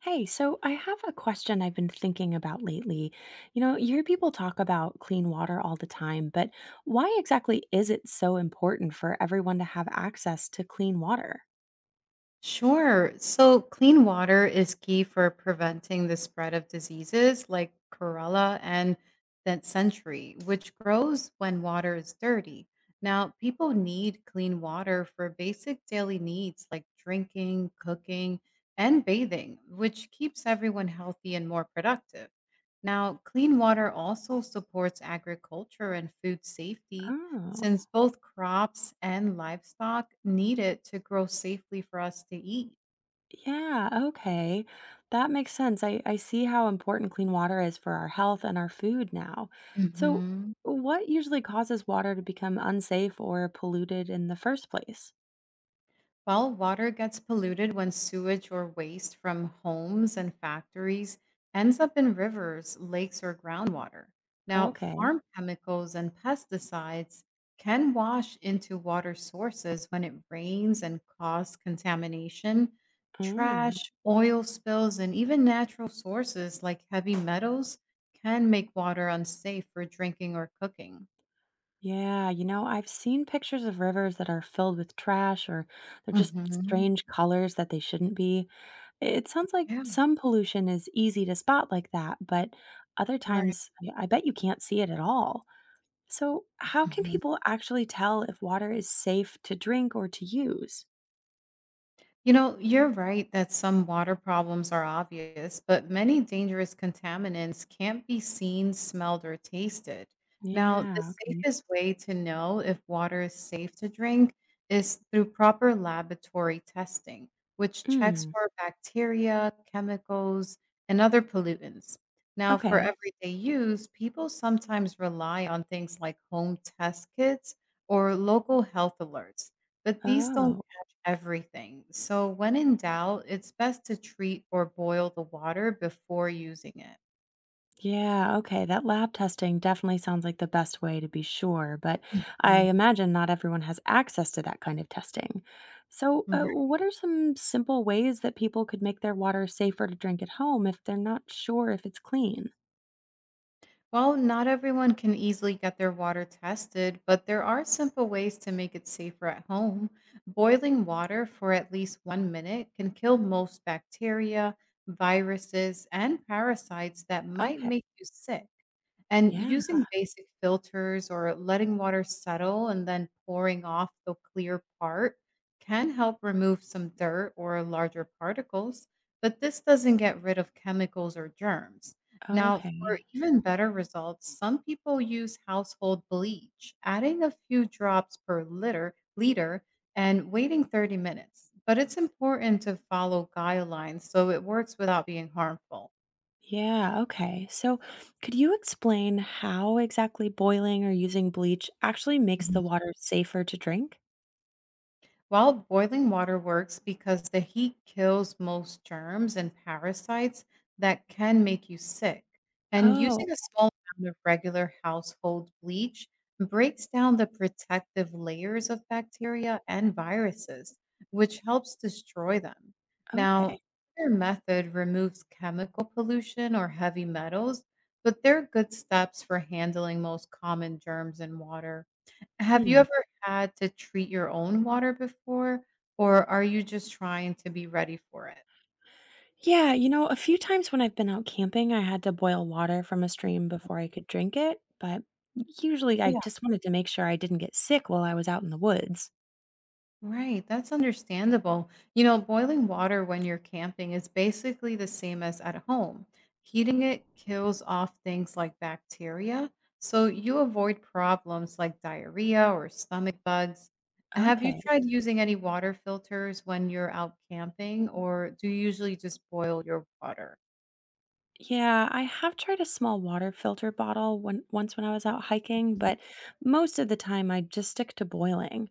Hey, so I have a question I've been thinking about lately. You know, you hear people talk about clean water all the time, but why exactly is it so important for everyone to have access to clean water? Sure. So, clean water is key for preventing the spread of diseases like Corella and that century, which grows when water is dirty. Now, people need clean water for basic daily needs like drinking, cooking, and bathing, which keeps everyone healthy and more productive. Now, clean water also supports agriculture and food safety Oh, since both crops and livestock need it to grow safely for us to eat. yeah, okay. That makes sense. I see how important clean water is for our health and our food now. So, Hmm. what usually causes water to become unsafe or polluted in the first place? Well, water gets polluted when sewage or waste from homes and factories ends up in rivers, lakes, or groundwater. Now, Okay. farm chemicals and pesticides can wash into water sources when it rains and cause contamination. Mm. Trash, oil spills, and even natural sources like heavy metals can make water unsafe for drinking or cooking. Yeah, you know, I've seen pictures of rivers that are filled with trash or they're just Hmm. strange colors that they shouldn't be. It sounds like Yeah, some pollution is easy to spot like that, but other right. times I bet you can't see it at all. So, how can people actually tell if water is safe to drink or to use? You know, you're right that some water problems are obvious, but many dangerous contaminants can't be seen, smelled, or tasted. Now, the Yeah, okay. safest way to know if water is safe to drink is through proper laboratory testing, which checks Mm, for bacteria, chemicals, and other pollutants. Now, for okay. everyday use, people sometimes rely on things like home test kits or local health alerts, but these don't Oh. everything. So, when in doubt, it's best to treat or boil the water before using it. Yeah, okay. That lab testing definitely sounds like the best way to be sure, but I Mm. imagine not everyone has access to that kind of testing. So, Right. what are some simple ways that people could make their water safer to drink at home if they're not sure if it's clean? Well, not everyone can easily get their water tested, but there are simple ways to make it safer at home. Boiling water for at least 1 minute can kill most bacteria, viruses, and parasites that might Okay. make you sick. And Yeah. using basic filters or letting water settle and then pouring off the clear part can help remove some dirt or larger particles, but this doesn't get rid of chemicals or germs. Now, for Okay. even better results, some people use household bleach, adding a few drops per liter and waiting 30 minutes. But it's important to follow guidelines so it works without being harmful. Yeah. Okay. So, could you explain how exactly boiling or using bleach actually makes the water safer to drink? While boiling water works because the heat kills most germs and parasites that can make you sick. And Oh, using a small amount of regular household bleach breaks down the protective layers of bacteria and viruses, which helps destroy them. okay. Now, your method removes chemical pollution or heavy metals, but they're good steps for handling most common germs in water. Have you Hmm. ever had to treat your own water before, or are you just trying to be ready for it? Yeah, you know, a few times when I've been out camping, I had to boil water from a stream before I could drink it, but usually I Yeah. just wanted to make sure I didn't get sick while I was out in the woods. Right, that's understandable. You know, boiling water when you're camping is basically the same as at home. Heating it kills off things like bacteria, so you avoid problems like diarrhea or stomach bugs. Have you Okay. tried using any water filters when you're out camping, or do you usually just boil your water? Yeah, I have tried a small water filter bottle when once when I was out hiking, Mhm. but most of the time I just stick to boiling.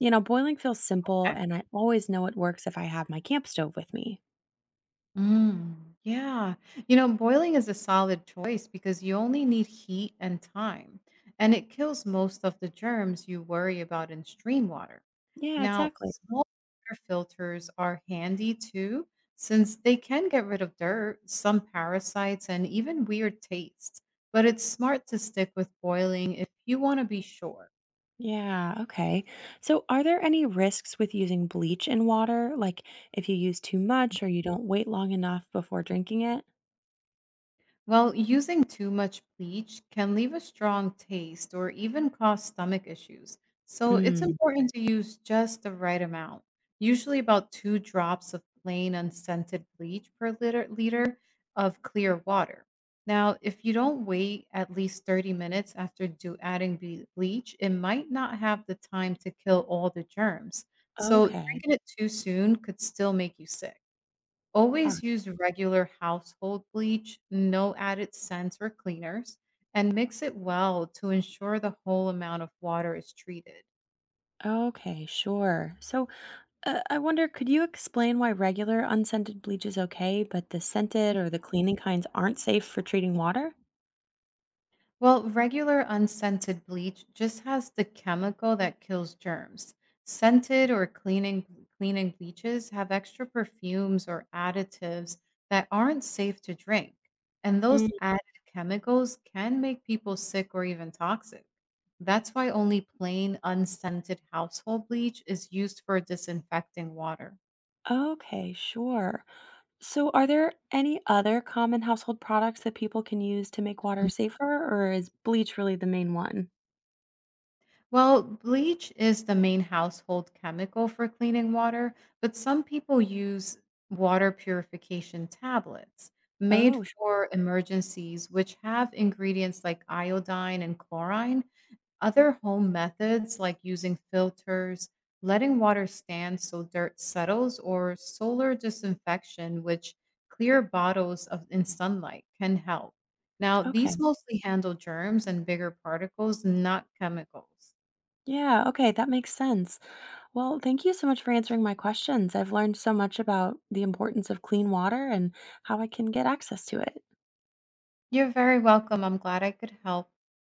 You know, boiling feels simple Okay. and I always know it works if I have my camp stove with me. Mm, yeah. You know, boiling is a solid choice because you only need heat and time, and it kills most of the germs you worry about in stream water. Yeah, Now, exactly. small water filters are handy too, since they can get rid of dirt, some parasites, and even weird tastes. But it's smart to stick with boiling if you want to be sure. Yeah, okay. So, are there any risks with using bleach in water? Like if you use too much or you don't wait long enough before drinking it? Well, using too much bleach can leave a strong taste or even cause stomach issues. So it's Mm, important to use just the right amount, usually about two drops of plain unscented bleach per liter of clear water. Now, if you don't wait at least 30 minutes after do adding bleach, it might not have the time to kill all the germs. So okay. drinking it too soon could still make you sick. All Always right. use regular household bleach, no added scents or cleaners, and mix it well to ensure the whole amount of water is treated. Okay, sure. So, I wonder, could you explain why regular unscented bleach is okay, but the scented or the cleaning kinds aren't safe for treating water? Well, regular unscented bleach just has the chemical that kills germs. Scented or cleaning bleaches have extra perfumes or additives that aren't safe to drink, and Mm, those added chemicals can make people sick or even toxic. That's why only plain unscented household bleach is used for disinfecting water. okay, sure. So, are there any other common household products that people can use to make water safer, or is bleach really the main one? Well, bleach is the main household chemical for cleaning water, but some people use water purification tablets made Oh, sure. for emergencies, which have ingredients like iodine and chlorine. Other home methods, like using filters, letting water stand so dirt settles, or solar disinfection, which clear bottles of, in sunlight can help. Now, Okay. these mostly handle germs and bigger particles, not chemicals. Yeah, okay, that makes sense. Well, thank you so much for answering my questions. I've learned so much about the importance of clean water and how I can get access to it. You're very welcome. I'm glad I could help.